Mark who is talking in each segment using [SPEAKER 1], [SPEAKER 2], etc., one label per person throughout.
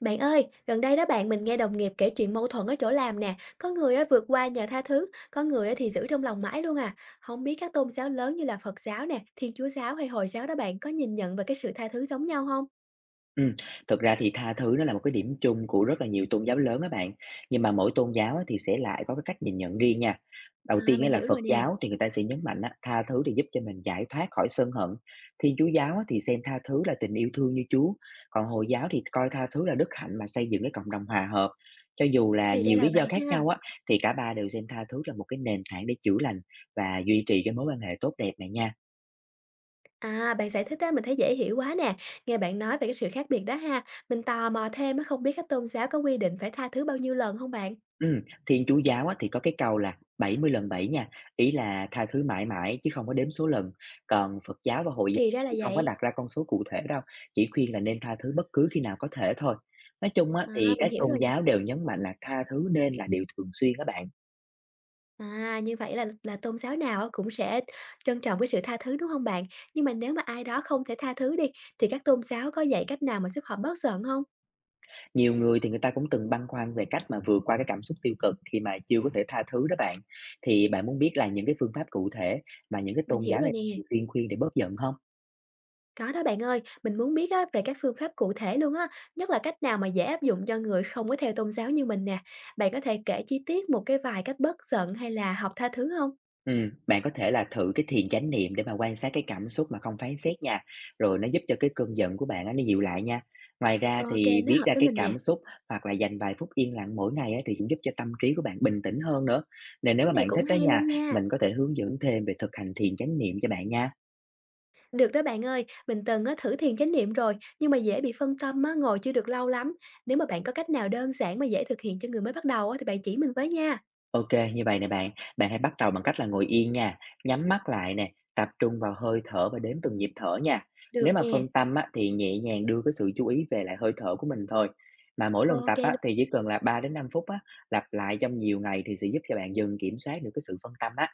[SPEAKER 1] Bạn ơi, gần đây đó bạn mình nghe đồng nghiệp kể chuyện mâu thuẫn ở chỗ làm nè, có người á vượt qua nhờ tha thứ, có người á thì giữ trong lòng mãi luôn à. Không biết các tôn giáo lớn như là Phật giáo nè, Thiên Chúa giáo hay Hồi giáo đó bạn có nhìn nhận về cái sự tha thứ giống nhau không?
[SPEAKER 2] Ừm, Thực ra thì tha thứ nó là một cái điểm chung của rất là nhiều tôn giáo lớn các bạn, nhưng mà mỗi tôn giáo á thì sẽ lại có cái cách nhìn nhận riêng nha. Đầu
[SPEAKER 1] À
[SPEAKER 2] tiên
[SPEAKER 1] mình
[SPEAKER 2] á là
[SPEAKER 1] hiểu
[SPEAKER 2] Phật
[SPEAKER 1] rồi nè,
[SPEAKER 2] giáo thì người ta sẽ nhấn mạnh á, tha thứ thì giúp cho mình giải thoát khỏi sân hận. Thiên Chúa giáo á thì xem tha thứ là tình yêu thương như Chúa, còn Hồi giáo thì coi tha thứ là đức hạnh mà xây dựng cái cộng đồng hòa hợp. Cho dù là
[SPEAKER 1] thì ra
[SPEAKER 2] nhiều lý
[SPEAKER 1] là
[SPEAKER 2] do
[SPEAKER 1] vậy
[SPEAKER 2] khác
[SPEAKER 1] ha.
[SPEAKER 2] nhau á, thì cả ba đều xem tha thứ là một cái nền tảng để chữa lành và duy trì cái mối quan hệ tốt đẹp này nha.
[SPEAKER 1] À bạn giải thích á mình thấy dễ hiểu quá nè. Nghe bạn nói về cái sự khác biệt đó ha, mình tò mò thêm á không biết các tôn giáo có quy định phải tha thứ bao nhiêu lần không bạn?
[SPEAKER 2] Ừm, Thiên Chúa giáo á, thì có cái câu là 70 lần 7 nha, ý là tha thứ mãi mãi chứ không có đếm số lần. Còn Phật giáo và Hồi giáo
[SPEAKER 1] Thì ra là
[SPEAKER 2] thì không có
[SPEAKER 1] vậy.
[SPEAKER 2] đặt ra con số cụ thể đâu, chỉ khuyên là nên tha thứ bất cứ khi nào có thể thôi. Nói chung á,
[SPEAKER 1] À
[SPEAKER 2] thì
[SPEAKER 1] mình
[SPEAKER 2] các
[SPEAKER 1] hiểu
[SPEAKER 2] tôn
[SPEAKER 1] rồi.
[SPEAKER 2] giáo đều nhấn mạnh là tha thứ nên là điều thường xuyên các bạn.
[SPEAKER 1] À, như vậy là tôn giáo nào á cũng sẽ trân trọng cái sự tha thứ, đúng hông bạn? Nhưng mà nếu mà ai đó không thể tha thứ đi, thì các tôn giáo có dạy cách nào mà giúp họ bớt giận hông?
[SPEAKER 2] Nhiều người thì người ta cũng từng băn khoăn về cách mà vượt qua cái cảm xúc tiêu cực khi mà chưa có thể tha thứ đó bạn. Thì bạn muốn biết là những cái phương pháp cụ thể mà những cái
[SPEAKER 1] Mình
[SPEAKER 2] tôn
[SPEAKER 1] hiểu
[SPEAKER 2] giáo
[SPEAKER 1] rồi
[SPEAKER 2] này
[SPEAKER 1] nè.
[SPEAKER 2] thường xuyên khuyên để bớt giận không?
[SPEAKER 1] Có đó bạn ơi, mình muốn biết á về các phương pháp cụ thể luôn á, nhất là cách nào mà dễ áp dụng cho người không có theo tôn giáo như mình nè. Bạn có thể kể chi tiết một cái vài cách bớt giận hay là học tha thứ hông?
[SPEAKER 2] Bạn có thể là thử cái thiền chánh niệm để mà quan sát cái cảm xúc mà không phán xét nha, rồi nó giúp cho cái cơn giận của bạn á, nó dịu lại nha. Ngoài ra
[SPEAKER 1] Ô kê,
[SPEAKER 2] thì
[SPEAKER 1] nó
[SPEAKER 2] viết
[SPEAKER 1] hợp
[SPEAKER 2] ra
[SPEAKER 1] với
[SPEAKER 2] cái
[SPEAKER 1] mình nè.
[SPEAKER 2] cảm xúc hoặc là dành vài phút yên lặng mỗi ngày á, thì cũng giúp cho tâm trí của bạn bình tĩnh hơn nữa. Nên nếu
[SPEAKER 1] Cách
[SPEAKER 2] mà
[SPEAKER 1] này
[SPEAKER 2] bạn
[SPEAKER 1] cũng
[SPEAKER 2] thích đó
[SPEAKER 1] hay
[SPEAKER 2] nha,
[SPEAKER 1] luôn nha.
[SPEAKER 2] mình có thể hướng dẫn thêm về thực hành thiền chánh niệm cho bạn nha.
[SPEAKER 1] Được đó bạn ơi, mình từng á, thử thiền chánh niệm rồi, nhưng mà dễ bị phân tâm á, ngồi chưa được lâu lắm. Nếu mà bạn có cách nào đơn giản mà dễ thực hiện cho người mới bắt đầu á, thì bạn chỉ mình với nha.
[SPEAKER 2] OK, như vậy nè bạn, bạn hãy bắt đầu bằng cách là ngồi yên nha, nhắm mắt lại nè, tập trung vào hơi thở và đếm từng nhịp thở nha.
[SPEAKER 1] Được
[SPEAKER 2] Nếu mà
[SPEAKER 1] nè,
[SPEAKER 2] phân tâm á, thì nhẹ nhàng đưa cái sự chú ý về lại hơi thở của mình thôi. Mà mỗi lần
[SPEAKER 1] ok
[SPEAKER 2] tập
[SPEAKER 1] luôn.
[SPEAKER 2] á, thì chỉ cần là 3 đến 5 phút á, lặp lại trong nhiều ngày thì sẽ giúp cho bạn dần kiểm soát được cái sự phân tâm á.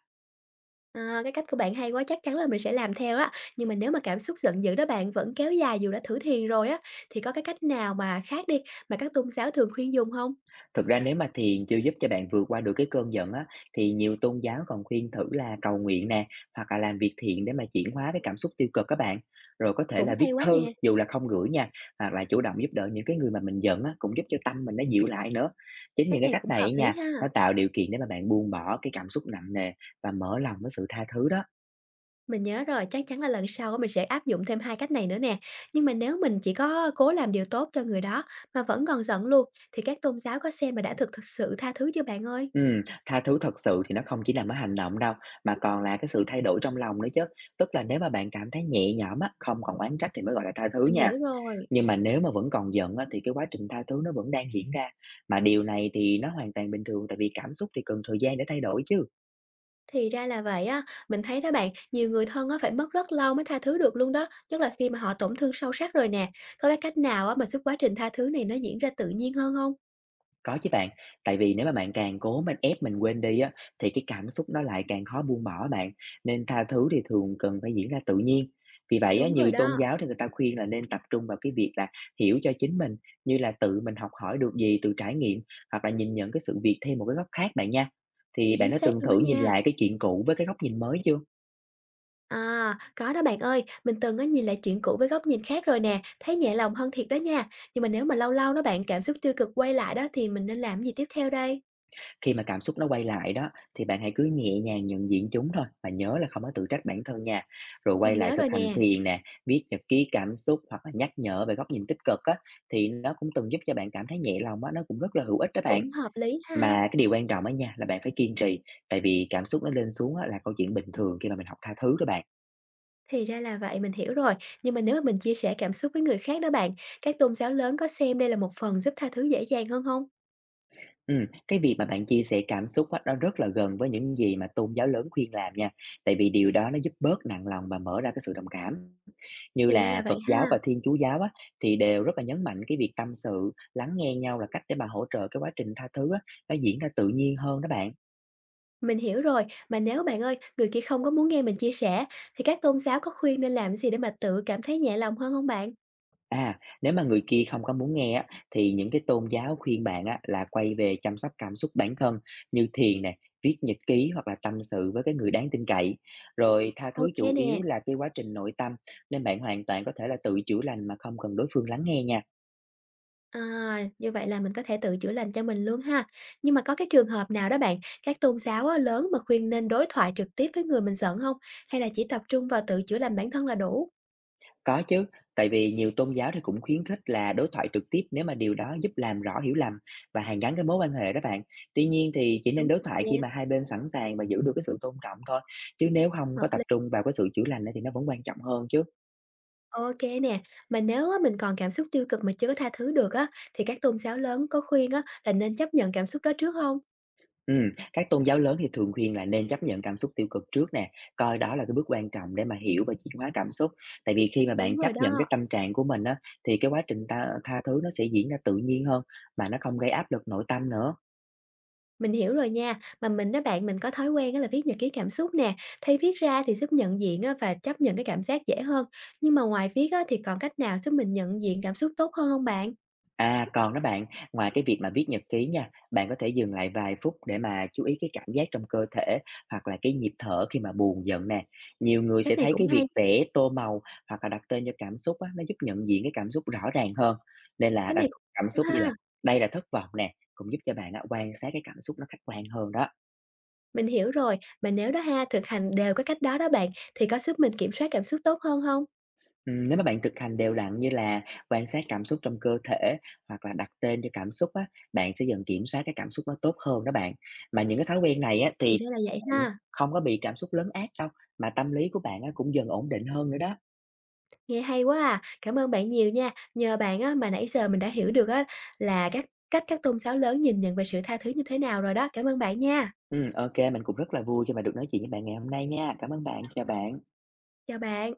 [SPEAKER 1] À, cái cách của bạn hay quá, chắc chắn là mình sẽ làm theo á. Nhưng mà nếu mà cảm xúc giận dữ đó bạn vẫn kéo dài dù đã thử thiền rồi á, thì có cái cách nào mà khác đi mà các tôn giáo thường khuyên dùng không?
[SPEAKER 2] Thực ra nếu mà thiền chưa giúp cho bạn vượt qua được cái cơn giận á, thì nhiều tôn giáo còn khuyên thử là cầu nguyện nè, hoặc là làm việc thiện để mà chuyển hóa cái cảm xúc tiêu cực các bạn. Rồi có thể là
[SPEAKER 1] Cũng
[SPEAKER 2] viết
[SPEAKER 1] hay quá
[SPEAKER 2] thư
[SPEAKER 1] nè,
[SPEAKER 2] dù là không gửi nha, hoặc là chủ động giúp đỡ những cái người mà mình giận á, cũng giúp cho tâm mình nó dịu lại nữa. Chính
[SPEAKER 1] cách
[SPEAKER 2] những cái
[SPEAKER 1] này
[SPEAKER 2] cách
[SPEAKER 1] cũng
[SPEAKER 2] này
[SPEAKER 1] hợp
[SPEAKER 2] ấy
[SPEAKER 1] lý
[SPEAKER 2] nha,
[SPEAKER 1] ha.
[SPEAKER 2] nó tạo điều kiện để mà bạn buông bỏ cái cảm xúc nặng nề và mở lòng với sự tha thứ đó.
[SPEAKER 1] Mình nhớ rồi, chắc chắn là lần sau á mình sẽ áp dụng thêm 2 cách này nữa nè. Nhưng mà nếu mình chỉ có cố làm điều tốt cho người đó mà vẫn còn giận luôn, thì các tôn giáo có xem là đã thực thực sự tha thứ chưa bạn ơi?
[SPEAKER 2] Tha thứ thật sự thì nó không chỉ nằm ở hành động đâu mà còn là cái sự thay đổi trong lòng nữa chứ. Tức là nếu mà bạn cảm thấy nhẹ nhõm á, không còn oán trách thì mới gọi là tha thứ
[SPEAKER 1] Mình
[SPEAKER 2] nha.
[SPEAKER 1] hiểu rồi.
[SPEAKER 2] Nhưng mà nếu mà vẫn còn giận á, thì cái quá trình tha thứ nó vẫn đang diễn ra, mà điều này thì nó hoàn toàn bình thường, tại vì cảm xúc thì cần thời gian để thay đổi chứ.
[SPEAKER 1] Thì ra là vậy á, mình thấy đó bạn, nhiều người thân á phải mất rất lâu mới tha thứ được luôn đó, nhất là khi mà họ tổn thương sâu sắc rồi nè. Có cái cách nào á mà giúp quá trình tha thứ này nó diễn ra tự nhiên hơn không?
[SPEAKER 2] Có chứ bạn, tại vì nếu mà bạn càng cố mình ép mình quên đi á, thì cái cảm xúc nó lại càng khó buông bỏ bạn, nên tha thứ thì thường cần phải diễn ra tự nhiên. Vì vậy á,
[SPEAKER 1] Đúng rồi
[SPEAKER 2] nhiều tôn
[SPEAKER 1] đó,
[SPEAKER 2] giáo thì người ta khuyên là nên tập trung vào cái việc là hiểu cho chính mình, như là tự mình học hỏi được gì từ trải nghiệm, hoặc là nhìn nhận cái sự việc thêm một cái góc khác bạn nha. Thì bạn
[SPEAKER 1] chính
[SPEAKER 2] đã
[SPEAKER 1] xác
[SPEAKER 2] từng
[SPEAKER 1] luôn đó
[SPEAKER 2] thử nhìn
[SPEAKER 1] nha.
[SPEAKER 2] lại cái chuyện cũ với cái góc nhìn mới chưa?
[SPEAKER 1] À, có đó bạn ơi, mình từng á nhìn lại chuyện cũ với góc nhìn khác rồi nè, thấy nhẹ lòng hơn thiệt đó nha. Nhưng mà nếu mà lâu lâu đó bạn cảm xúc tiêu cực quay lại đó thì mình nên làm gì tiếp theo đây?
[SPEAKER 2] Khi mà cảm xúc nó quay lại đó, thì bạn hãy cứ nhẹ nhàng nhận diện chúng thôi và nhớ là không có tự trách bản thân nha. Rồi
[SPEAKER 1] Mình
[SPEAKER 2] quay lại
[SPEAKER 1] nhớ
[SPEAKER 2] thực
[SPEAKER 1] rồi
[SPEAKER 2] hành
[SPEAKER 1] nè,
[SPEAKER 2] thiền nè, viết nhật ký cảm xúc hoặc là nhắc nhở về góc nhìn tích cực á, thì nó cũng từng giúp cho bạn cảm thấy nhẹ lòng á, nó cũng rất là hữu ích đó bạn.
[SPEAKER 1] cũng hợp lý ha.
[SPEAKER 2] Mà cái điều quan trọng á nha là bạn phải kiên trì, tại vì cảm xúc nó lên xuống á, là câu chuyện bình thường khi mà mình học tha thứ đó bạn.
[SPEAKER 1] Thì ra là vậy, mình hiểu rồi. Nhưng mà nếu mà mình chia sẻ cảm xúc với người khác đó bạn, các tôn giáo lớn có xem đây là một phần giúp tha thứ dễ dàng hơn không?
[SPEAKER 2] Cái việc mà bạn chia sẻ cảm xúc á, nó rất là gần với những gì mà tôn giáo lớn khuyên làm nha. Tại vì điều đó nó giúp bớt nặng lòng và mở ra cái sự đồng cảm. Như
[SPEAKER 1] Thì ra là
[SPEAKER 2] là
[SPEAKER 1] vậy
[SPEAKER 2] Phật
[SPEAKER 1] ha.
[SPEAKER 2] giáo và Thiên Chúa giáo á, thì đều rất là nhấn mạnh cái việc tâm sự, lắng nghe nhau là cách để mà hỗ trợ cái quá trình tha thứ á, nó diễn ra tự nhiên hơn đó bạn.
[SPEAKER 1] Mình hiểu rồi, mà nếu bạn ơi, người kia không có muốn nghe mình chia sẻ, thì các tôn giáo có khuyên nên làm gì để mà tự cảm thấy nhẹ lòng hơn không bạn?
[SPEAKER 2] À, nếu mà người kia không có muốn nghe á, thì những cái tôn giáo khuyên bạn á, là quay về chăm sóc cảm xúc bản thân như thiền nè, viết nhật ký hoặc là tâm sự với cái người đáng tin cậy. Rồi tha thứ
[SPEAKER 1] Ok
[SPEAKER 2] chủ
[SPEAKER 1] nè.
[SPEAKER 2] yếu là cái quá trình nội tâm nên bạn hoàn toàn có thể là tự chữa lành mà không cần đối phương lắng nghe nha.
[SPEAKER 1] À, như vậy là mình có thể tự chữa lành cho mình luôn ha. Nhưng mà có cái trường hợp nào đó bạn, các tôn giáo á, lớn mà khuyên nên đối thoại trực tiếp với người mình giận không? Hay là chỉ tập trung vào tự chữa lành bản thân là đủ?
[SPEAKER 2] Có chứ, tại vì nhiều tôn giáo thì cũng khuyến khích là đối thoại trực tiếp nếu mà điều đó giúp làm rõ hiểu lầm và hàn gắn cái mối quan hệ đó bạn. Tuy nhiên thì chỉ
[SPEAKER 1] Đúng
[SPEAKER 2] nên đối thoại khi
[SPEAKER 1] nha,
[SPEAKER 2] mà hai bên sẵn sàng và giữ được cái sự tôn trọng thôi, chứ nếu không
[SPEAKER 1] hợp
[SPEAKER 2] có tập
[SPEAKER 1] lý.
[SPEAKER 2] trung vào cái sự chữa lành ấy thì nó vẫn quan trọng hơn chứ.
[SPEAKER 1] OK nè, mà nếu á, mình còn cảm xúc tiêu cực mà chưa có tha thứ được á, thì các tôn giáo lớn có khuyên á, là nên chấp nhận cảm xúc đó trước không?
[SPEAKER 2] Ừ, các tôn giáo lớn thì thường khuyên là nên chấp nhận cảm xúc tiêu cực trước nè, coi đó là cái bước quan trọng để mà hiểu và chuyển hóa cảm xúc. Tại vì khi mà
[SPEAKER 1] Đúng
[SPEAKER 2] bạn
[SPEAKER 1] rồi
[SPEAKER 2] chấp nhận
[SPEAKER 1] đó.
[SPEAKER 2] cái tâm trạng của mình á, thì cái quá trình tha thứ nó sẽ diễn ra tự nhiên hơn mà nó không gây áp lực nội tâm nữa.
[SPEAKER 1] Mình hiểu rồi nha, mà mình á bạn, mình có thói quen đó là viết nhật ký cảm xúc nè, thì viết ra thì giúp nhận diện á và chấp nhận cái cảm giác dễ hơn. Nhưng mà ngoài viết á thì còn cách nào giúp mình nhận diện cảm xúc tốt hơn không bạn?
[SPEAKER 2] À, còn đó bạn, ngoài cái việc mà viết nhật ký nha, bạn có thể dừng lại vài phút để mà chú ý cái cảm giác trong cơ thể hoặc là cái nhịp thở khi mà buồn giận nè. Nhiều người
[SPEAKER 1] Cách
[SPEAKER 2] sẽ
[SPEAKER 1] này
[SPEAKER 2] thấy
[SPEAKER 1] cũng
[SPEAKER 2] cái
[SPEAKER 1] hay,
[SPEAKER 2] việc vẽ, tô màu hoặc là đặt tên cho cảm xúc á, nó giúp nhận diện cái cảm xúc rõ ràng hơn. Nên là
[SPEAKER 1] cách này
[SPEAKER 2] đặt
[SPEAKER 1] cũng
[SPEAKER 2] cảm
[SPEAKER 1] đúng
[SPEAKER 2] xúc như là
[SPEAKER 1] ha.
[SPEAKER 2] đây là thất vọng nè, cũng giúp cho bạn á, quan sát cái cảm xúc nó khách quan hơn đó.
[SPEAKER 1] Mình hiểu rồi, mà nếu đó ha, thực hành đều cái cách đó đó bạn, thì có giúp mình kiểm soát cảm xúc tốt hơn không?
[SPEAKER 2] Nếu mà bạn thực hành đều đặn như là quan sát cảm xúc trong cơ thể hoặc là đặt tên cho cảm xúc á, bạn sẽ dần kiểm soát cái cảm xúc nó tốt hơn đó bạn. Mà những cái thói quen này á,
[SPEAKER 1] Thì
[SPEAKER 2] thì
[SPEAKER 1] ra là vậy
[SPEAKER 2] bạn
[SPEAKER 1] ha,
[SPEAKER 2] không có bị cảm xúc lấn át đâu, mà tâm lý của bạn á, cũng dần ổn định hơn nữa đó.
[SPEAKER 1] nghe hay quá à, cảm ơn bạn nhiều nha. Nhờ bạn á mà nãy giờ mình đã hiểu được á là các cách các tôn giáo lớn nhìn nhận về sự tha thứ như thế nào rồi đó. Cảm ơn bạn nha,
[SPEAKER 2] Ừ, OK, mình cũng rất là vui khi mà được nói chuyện với bạn ngày hôm nay nha. Cảm ơn bạn, chào bạn.
[SPEAKER 1] chào bạn.